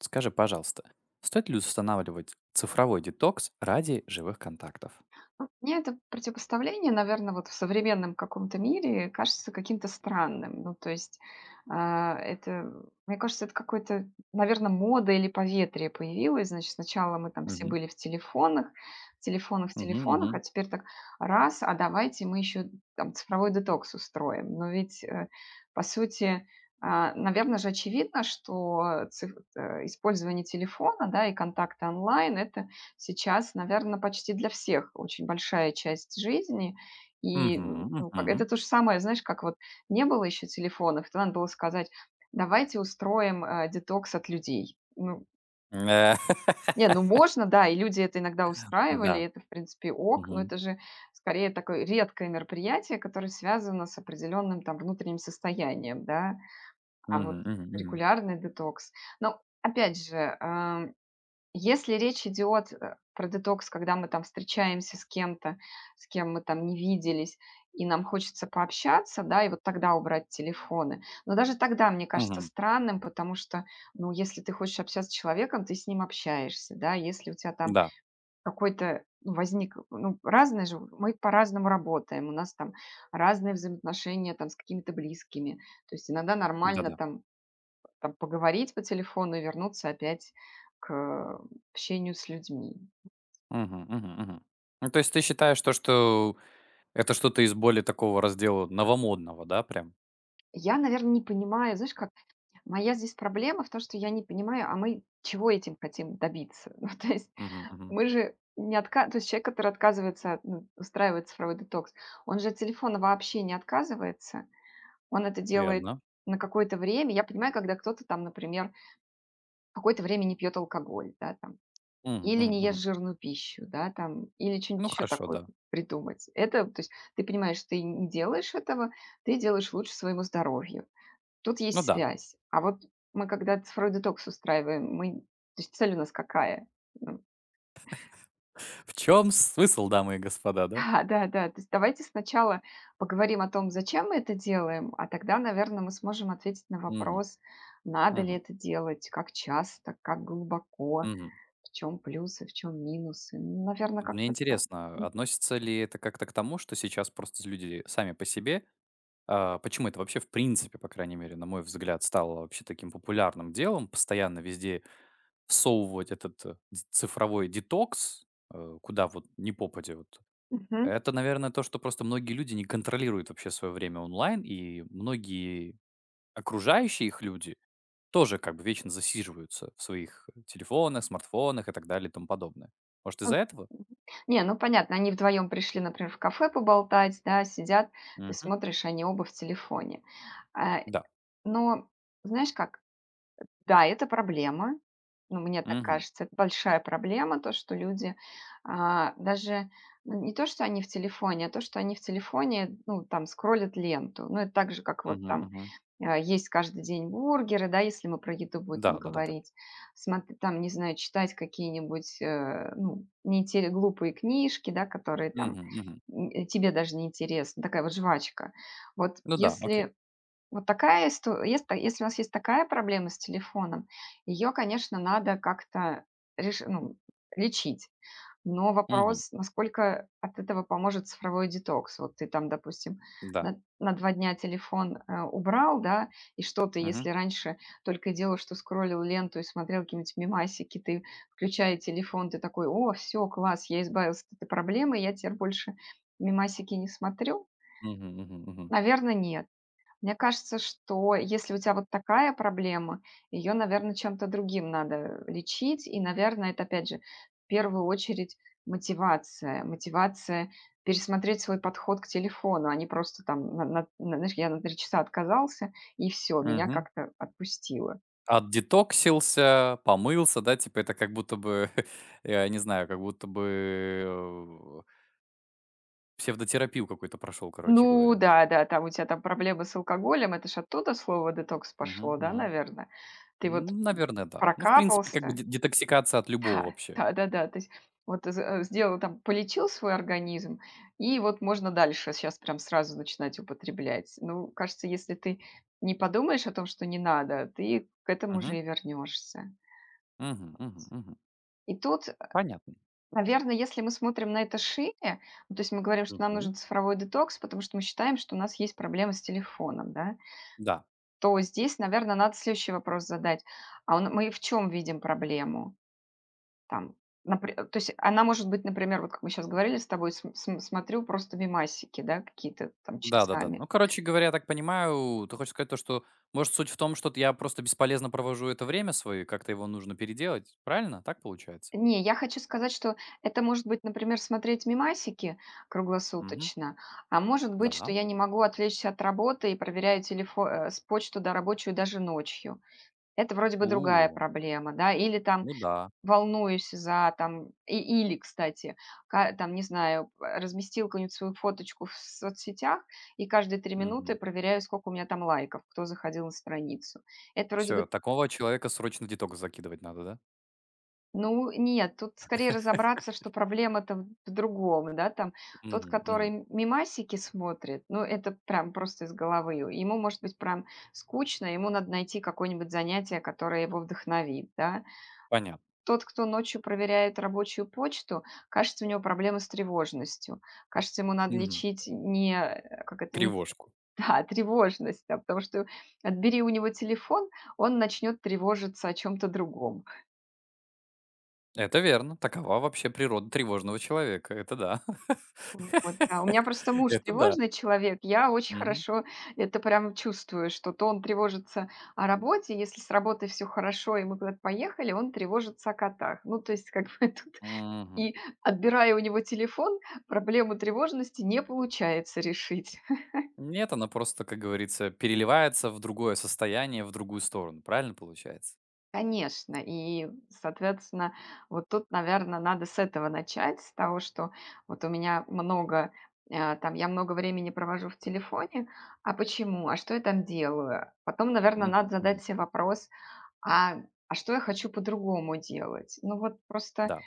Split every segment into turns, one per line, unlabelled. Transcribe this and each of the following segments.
Скажи, пожалуйста, стоит ли устанавливать цифровой детокс ради живых контактов?
Ну, мне это противопоставление, наверное, вот в современном каком-то мире кажется каким-то странным. Ну, то есть, а, это, мне кажется, это какой-то, наверное, мода или поветрие появилось. Значит, сначала мы там все
Мгм.
были в телефонах, в телефонах, в
Мгм,
телефонах, а
мгм.
теперь так раз, а давайте мы еще там цифровой детокс устроим. Но ведь, по сути, наверное же очевидно, что использование телефона, да, и контакты онлайн это сейчас, наверное, почти для всех очень большая часть жизни. И,
Мгм,
ну, как
мгм.
это то же самое, знаешь, как вот не было еще телефонов, то надо было сказать: "Давайте устроим, детокс от людей". Ну,
Э,
не, ну можно, да, и люди это иногда устраивали,
Да.
это, в принципе, ок, но
Мгм.
это же скорее такое редкое мероприятие, которое связано с определенным там внутренним состоянием, да, а вот
Мгм, мгм, мгм.
регулярный детокс. Но опять же, если речь идет, про детокс, когда мы там встречаемся с кем-то, с кем мы там не виделись, и нам хочется пообщаться, да, и вот тогда убрать телефоны. Но даже тогда мне кажется
Мгм.
странным, потому что, ну, если ты хочешь общаться с человеком, ты с ним общаешься, да. Если у тебя там
Да.
какой-то, ну, возник, ну, разные же, мы по-разному работаем, у нас там разные взаимоотношения там с какими-то близкими. То есть иногда нормально
Да-да.
там поговорить по телефону и вернуться опять к общению с людьми.
Мгм, мгм, мгм. Ну, то есть ты считаешь то, что это что-то из более такого раздела новомодного, да, прям?
Я, наверное, не понимаю, знаешь как, моя здесь проблема в том, что я не понимаю, а мы чего этим хотим добиться? Ну, то есть
Мгм, мгм.
мы же не отка то есть человек, который отказывается от, ну, устраивает цифровой детокс, он же от телефона вообще не отказывается. Он это делает
Верно.
на какое-то время. Я понимаю, когда кто-то там, например, какое-то время не пьет алкоголь, да, там.
Мгм,
Или
мгм,
не ешь
мгм.
жирную пищу, да, там, или
Ну,
что-нибудь еще
хорошо,
такое
да.
придумать. Это, то есть ты понимаешь, ты не делаешь этого, ты делаешь лучше своему здоровью. Тут есть
Ну да.
связь. А вот мы когда цифровой детокс устраиваем, то есть цель у нас какая? Ну,
В чем смысл, дамы и господа, да?
да, да, да. То есть давайте сначала поговорим о том, зачем мы это делаем, а тогда, наверное, мы сможем ответить на
Мгм,
вопрос, надо ли
мгм,
это делать, как часто, как глубоко,
мгм.
в чем плюсы, в чем минусы. Наверное,
Мне
как-то так.
интересно, относится ли это как-то к тому, что сейчас просто люди сами по себе а, почему это вообще в принципе, по крайней мере, на мой взгляд, стало вообще таким популярным делом, постоянно везде всовывать этот, э, ц цифровой детокс, куда вот не попадя вот.
Мгм.
Это, наверное, то, что просто многие люди не контролируют вообще свое время онлайн, и многие окружающие их люди тоже как бы вечно засиживаются в своих телефонах, смартфонах и так далее и тому подобное. Может, из-за
М,
этого?
мгм. Не, ну понятно, они вдвоем пришли, например, в кафе поболтать, да, сидят, ты
Мгм.
смотришь, они оба в телефоне. А,
Да.
но знаешь как? Да, это проблема. Ну, мне так
Мгм.
кажется, это большая проблема, то, что люди, даже, ну, не то, что они в телефоне, а то, что они в телефоне, ну, там, скроллят ленту. Ну, это так же, как вот
Мгм,
там,
мгм.
есть каждый день бургеры, да, если мы про еду
Да,
будем
да-да-да.
говорить. Смотр там, не знаю, читать какие-нибудь, ну, неинтере глупые книжки, да, которые там,
Мгм, мгм.
тебе даже не интересны, такая вот жвачка. Вот
Ну да, окей.
вот такая исто если у нас есть такая проблема с телефоном, ее, конечно, надо как-то реш ну, лечить. Но
Мгм.
вопрос, насколько от этого поможет цифровой детокс. Вот ты там, допустим,
Да.
на 2 дня телефон, убрал, да, и что ты,
Мгм.
если раньше только и делал, что скроллил ленту и смотрел какие-нибудь мемасики, ты, включая телефон, ты такой: "О, все, класс, я избавился от этой проблемы, я теперь больше мемасики не смотрю"?
Мгм, мгм, мгм.
Наверное, нет. Мне кажется, что если у тебя вот такая проблема, ее, наверное, чем-то другим надо лечить. И, наверное, это, опять же, в первую очередь мотивация. Мотивация пересмотреть свой подход к телефону, а не просто там, знаешь, я на 3 часа отказался, и все, меня
Мгм.
как-то отпустило.
Отдетоксился, помылся, да, типа это как будто бы, я не знаю, как будто бы, псевдотерапию какую-то прошел, короче
Ну,
говоря.
да, да, там у тебя там проблемы с алкоголем, это ж оттуда слово детокс
Мгм,
пошло, да,
мгм.
наверное? Ты вот
М, наверное, да. Ну, в принципе, как бы
прокапался,
де детоксикация от любого
да,
вообще.
да-да-да. То есть вот сделал там, полечил свой организм, и вот можно дальше сейчас прям сразу начинать употреблять. Ну, кажется, если ты не подумаешь о том, что не надо, ты к этому
Мгм.
же и вернешься.
Мгм, мгм, мгм.
И тут,
Понятно.
наверное, если мы смотрим на это шире, ну, то есть мы говорим, что нам
Мгм.
нужен цифровой детокс, потому что мы считаем, что у нас есть проблемы с телефоном, да,
Да.
то здесь, наверное, надо следующий вопрос задать: а он мы в чем видим проблему? Там, то есть она может быть, например, вот как мы сейчас говорили с тобой, см см смотрю просто мемасики, да, какие-то там
Да-да-да.
часами.
Ну, короче говоря, я так понимаю, ты хочешь сказать то, что, может, суть в том, что я просто бесполезно провожу это время свое, и как-то его нужно переделать. Правильно? Так получается?
Не, я хочу сказать, что это может быть, например, смотреть мемасики
Мгм.
круглосуточно, а может быть, что
Да.
я не могу отвлечься от работы и проверяю телефон, с почту, до рабочую даже ночью. Это вроде бы другая
У,
проблема, да. Или там
ну да.
волнуюсь за там и или, кстати, не знаю, разместил какую-нибудь свою фоточку в соцсетях, и каждые 3 минуты
Все.
проверяю, сколько у меня там лайков, кто заходил на страницу. Это вроде бы
Такого человека срочно деток закидывать надо, да?
ну нет, тут скорее разобраться, что проблема-то в другом, да, там. Тот,
Мгм, мгм.
который мимасики смотрит, ну, это прям просто из головы. Ему может быть прям скучно, ему надо найти какое-нибудь занятие, которое его вдохновит, да.
Понятно.
Тот, кто ночью проверяет рабочую почту, кажется, у него проблемы с тревожностью. Кажется, ему надо
Мгм.
лечить не, э, как это, не, т-
Тревожку.
да, тревожность, да, потому что отбери у него телефон, он начнет тревожиться о чем-то другом.
Это верно. Такова вообще природа тревожного человека. Это да.
Вот, да. У меня просто муж
Это да.
тревожный человек, я очень
Мгм.
хорошо это прям чувствую, что то он тревожится о работе, если с работой все хорошо, и мы куда-то поехали, он тревожится о котах. Ну, то есть, как бы,
Мгм.
и, отбирая у него телефон, проблему тревожности не получается решить.
Нет, она просто, как говорится, переливается в другое состояние, в другую сторону. Правильно получается?
Конечно, и, соответственно, вот тут, наверное, надо с этого начать, с того, что вот у меня много, я много времени провожу в телефоне. А почему? А что я там делаю? Потом, наверное,
Мгм,
надо
мгм.
задать себе вопрос: а, а что я хочу по-другому делать? Ну, вот просто
Да.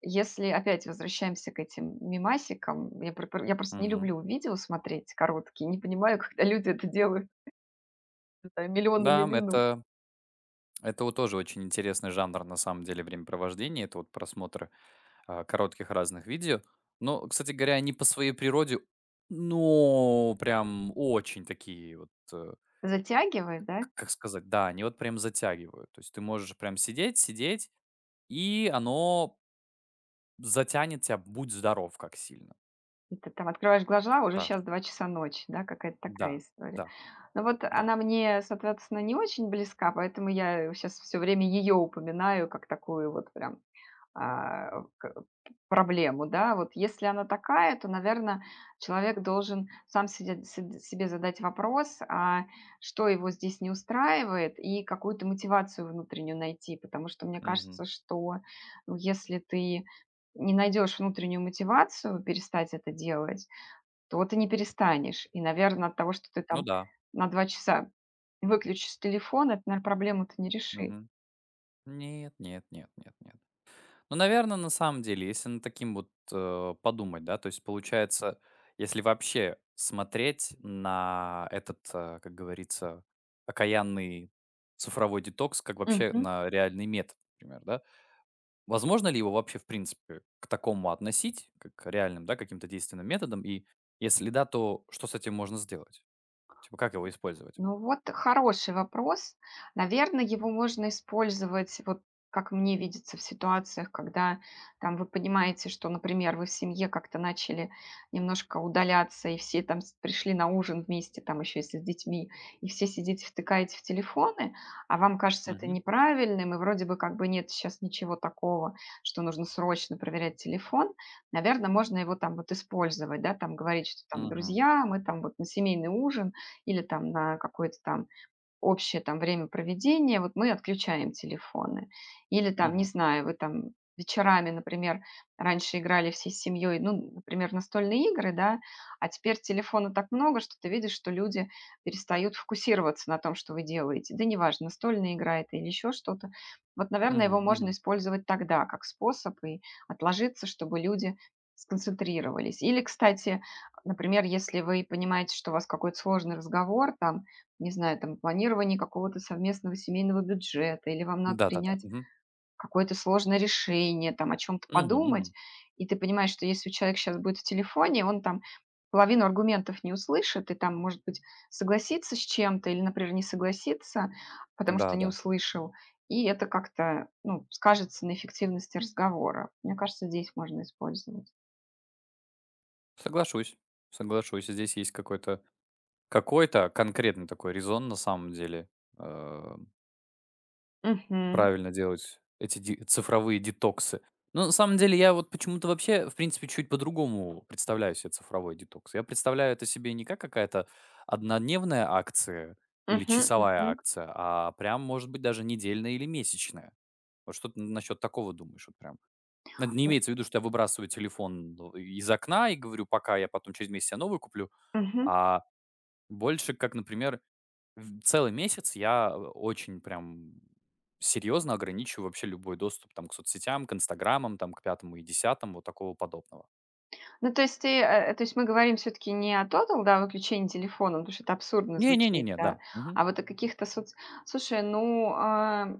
если опять возвращаемся к этим мимасикам, я просто не
Мгм.
люблю видео смотреть короткие, не понимаю, когда люди это делают не знаю, миллионами
Да,
минут.
это вот тоже очень интересный жанр, на самом деле, времяпровождения. Это вот просмотр, коротких разных видео. Но, кстати говоря, они по своей природе, ну, прям очень такие вот, э,
Затягивает, да?
к как сказать, да, они вот прям затягивают. То есть ты можешь прям сидеть, сидеть, и оно затянет тебя, будь здоров как сильно.
И ты там открываешь глаза, уже сейчас
Страшно.
2 часа ночи, да, какая-то такая
Да,
история.
да.
Но вот
Да.
она мне, соответственно, не очень близка, поэтому я сейчас все время ее упоминаю как такую вот прям а, к проблему, да. Вот если она такая, то, наверное, человек должен сам седя седь себе задать вопрос, а что его здесь не устраивает, и какую-то мотивацию внутреннюю найти. Потому что мне
Мгм.
кажется, что, ну, если ты не найдешь внутреннюю мотивацию перестать это делать, то вот и не перестанешь. И, наверное, от того, что ты
Ну
там
да.
на 2 часа выключишь телефон, это, наверно, проблему-то не решит.
Мгм. Нет, нет, нет, нет, нет. Ну, наверное, на самом деле, если на таким вот, подумать, да, то есть получается, если вообще смотреть на этот, как говорится, окаянный цифровой детокс, как вообще на реальный метод, например, да, возможно ли его вообще, в принципе, к такому относить, как к реальным, да, каким-то действенным методам? И если да, то что с этим можно сделать? Типа как его использовать?
Ну вот хороший вопрос. Наверное, его можно использовать, вот как мне видится, в ситуациях, когда там вы понимаете, что, например, вы в семье как-то начали немножко удаляться, и все пришли на ужин вместе, там еще если с детьми, и все сидите, втыкаете в телефоны, а вам кажется это
Мгм.
неправильным, и вроде бы как бы нет сейчас ничего такого, что нужно срочно проверять телефон, наверное, можно его там вот использовать, да, там говорить, что там,
Мгм.
друзья, мы там вот на семейный ужин, или там на какой-то там общее там время проведения, вот мы отключаем телефоны. Или там, не
Мгм.
знаю, вы там вечерами, например, раньше играли всей семьей, ну, например, настольные игры, да, а теперь телефона так много, что ты видишь, что люди перестают фокусироваться на том, что вы делаете. Да неважно, настольная игра это или еще что-то. Вот, наверное, его
Мгм.
можно
Мгм.
использовать тогда как способ и отложиться, чтобы люди сконцентрировались. Или, кстати, например, если вы понимаете, что у вас какой-то сложный разговор, там, не знаю, там, планирование какого-то совместного семейного бюджета, или вам надо
Да-да-да.
принять
Мгм.
какое-то сложное решение, там, о чем-то
Мгм,
подумать,
мгм.
и ты понимаешь, что если человек сейчас будет в телефоне, он там половину аргументов не услышит, и там, может быть, согласится с чем-то или, например, не согласится, потому что не
Да-да.
услышал, и это как-то, ну, скажется на эффективности разговора. Мне кажется, здесь можно использовать.
Соглашусь, соглашусь. Здесь есть какой-то какой-то конкретный такой резон на самом деле, э,
Мгм.
правильно делать эти ди цифровые детоксы. Но на самом деле я вот почему-то вообще, в принципе, чуть по-другому представляю себе цифровой детокс. Я представляю это себе не как какая-то однодневная акция или
Мгм.
часовая
Мгм.
акция, а прям, может быть, даже недельная или месячная. Вот что ты насчет такого думаешь вот прям? Н не имеется в виду, что я выбрасываю телефон в из окна и говорю: "Пока, я потом через месяц себе новый куплю".
Мгм.
А больше как, например, в целый месяц я, очень прям серьезно ограничиваю вообще любой доступ там к соцсетям, к инстаграмам, там к пятому и десятому, вот такого подобного.
Ну, то есть то есть мы говорим все таки не о тотал, да, выключении телефона, потому что это абсурдно
Не не не
звучит,
не,
да,
да. Мгм.
а вот о каких-то соц слушай, ну,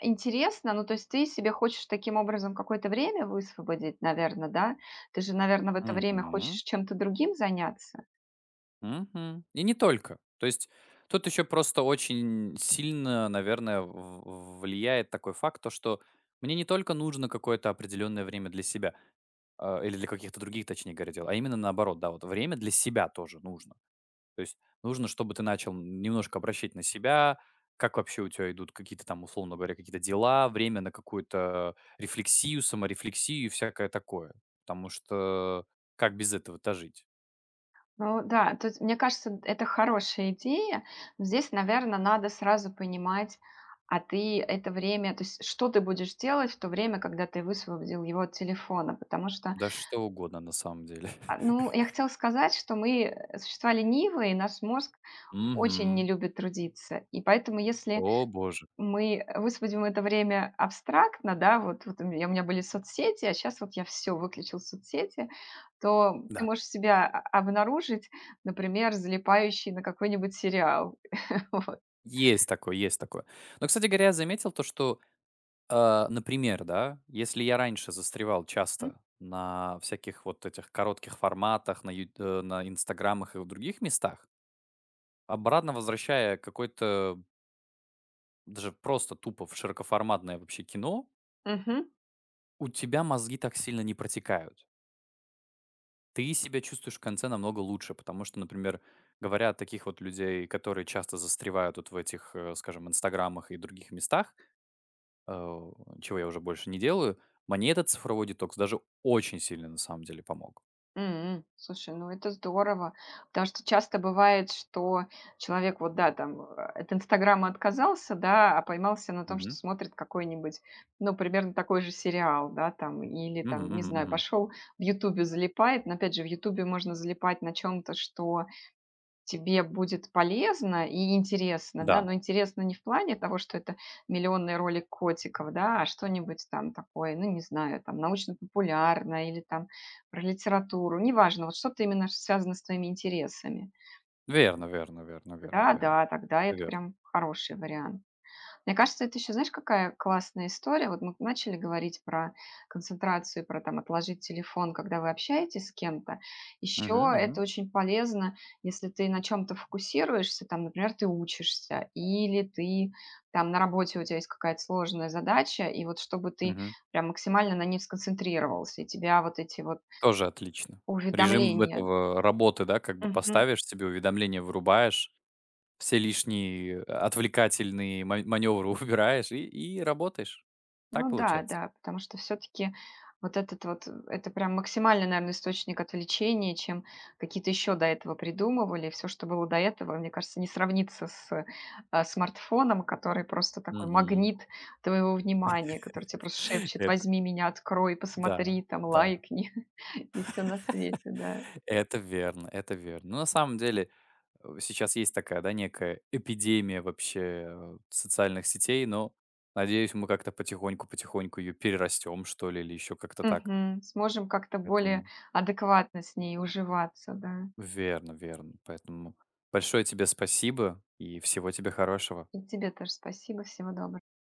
интересно, ну, то есть ты себе хочешь таким образом какое-то время высвободить, наверное, да? Ты же, наверное, в это время
Мгм.
хочешь чем-то другим заняться?
Мгм. И не только. То есть тут еще просто очень сильно, наверное, в влияет такой факт, то что мне не только нужно какое-то определенное время для себя. А, или для каких-то других, точнее говоря, дел, а именно наоборот, да, вот время для себя тоже нужно. То есть нужно, чтобы ты начал немножко обращать на себя, как вообще у тебя идут какие-то там, условно говоря, какие-то дела, время на какую-то рефлексию, саморефлексию и всякое такое. Потому что как без этого-то жить?
Ну да, то есть, мне кажется, это хорошая идея. Но здесь, наверное, надо сразу понимать, ты это время, то есть что ты будешь делать в то время, когда ты высвободил его от телефона? Потому что
Да что угодно на самом деле.
Ну, я хотела сказать, что мы существа ленивые, и наш мозг очень не
Мгм.
любит трудиться. И поэтому, если
О боже.
мы высвободим это время абстрактно, да, вот, у меня были соцсети, а сейчас вот я все выключил соцсети, то ты
Да.
можешь себя обнаружить, например, залипающий на какой-нибудь сериал. Вот.
Есть такое, есть такое. Но, кстати говоря, я заметил то, что например, да, если я раньше застревал часто на всяких вот этих коротких форматах, на инстаграмах и в других местах, обратно возвращая какой-то даже просто тупо в широкоформатное вообще кино,
Мгм.
у тебя мозги так сильно не протекают. Ты себя чувствуешь в конце намного лучше, потому что, например, говоря о таких вот людей, которые часто застревают вот в этих, скажем, инстаграмах и других местах, э, чего я уже больше не делаю, мне этот цифровой детокс даже очень сильно на самом деле помог.
М. Слушай, ну это здорово, потому что часто бывает, что человек вот, да, от "Инстаграма" отказался, да, а поймался на том, что
Мгм.
смотрит какой-нибудь, ну, примерно такой же сериал, да, там, или
Мгм,
там, не
мгм,
знаю,
мгм.
пошел в "Ютубе" залипает. Но опять же, в "Ютубе" можно залипать на чем то что тебе будет полезно и интересно, да,
Да,
но интересно не в плане того, что это миллионный ролик котиков, да, а что-нибудь там такое, ну, не знаю, там, научно-популярное или там про литературу, неважно, вот что-то именно связано с твоими интересами.
верно, верно, верно, верно,
Да,
верно.
да, тогда это
Верно.
прям хороший вариант. Мне кажется, это еще, знаешь, какая классная история? Вот мы начали говорить про концентрацию, про там отложить телефон, когда вы общаетесь с кем-то.
Мгм,
Еще
мгм,
это очень полезно, если ты на чем-то фокусируешься, там, например, ты учишься, или ты там на работе у тебя есть какая-то сложная задача, и вот чтобы ты
мгм.
прям максимально на ней сконцентрировался, и тебя вот эти вот
Тоже отлично. Режим
уведомления.
этого работы, да, как бы поставишь себе, уведомления вырубаешь, все лишние отвлекательные маневры убираешь и работаешь. Так
Ну да,
получается.
да, потому что все таки вот этот вот, это прям максимальный, наверное, источник отвлечения, чем какие-то еще до этого придумывали. Все, что было до этого, мне кажется, не сравнится с, смартфоном, который просто такой
Мгм.
магнит твоего внимания, который тебе просто шепчет:
Это
"Возьми меня, открой,
да,
посмотри, там,
да.
лайкни". И все на свете, да.
Это верно, это верно. Но на самом деле сейчас есть такая, да, некая эпидемия вообще социальных сетей, но надеюсь, мы как-то потихоньку-потихоньку ее перерастем, что ли, или еще как-то так.
Мгм. Сможем как-то более
Поэтому
адекватно с ней уживаться, да.
верно, верно. Поэтому большое тебе спасибо и всего тебе хорошего.
И тебе тоже спасибо. Всего доброго.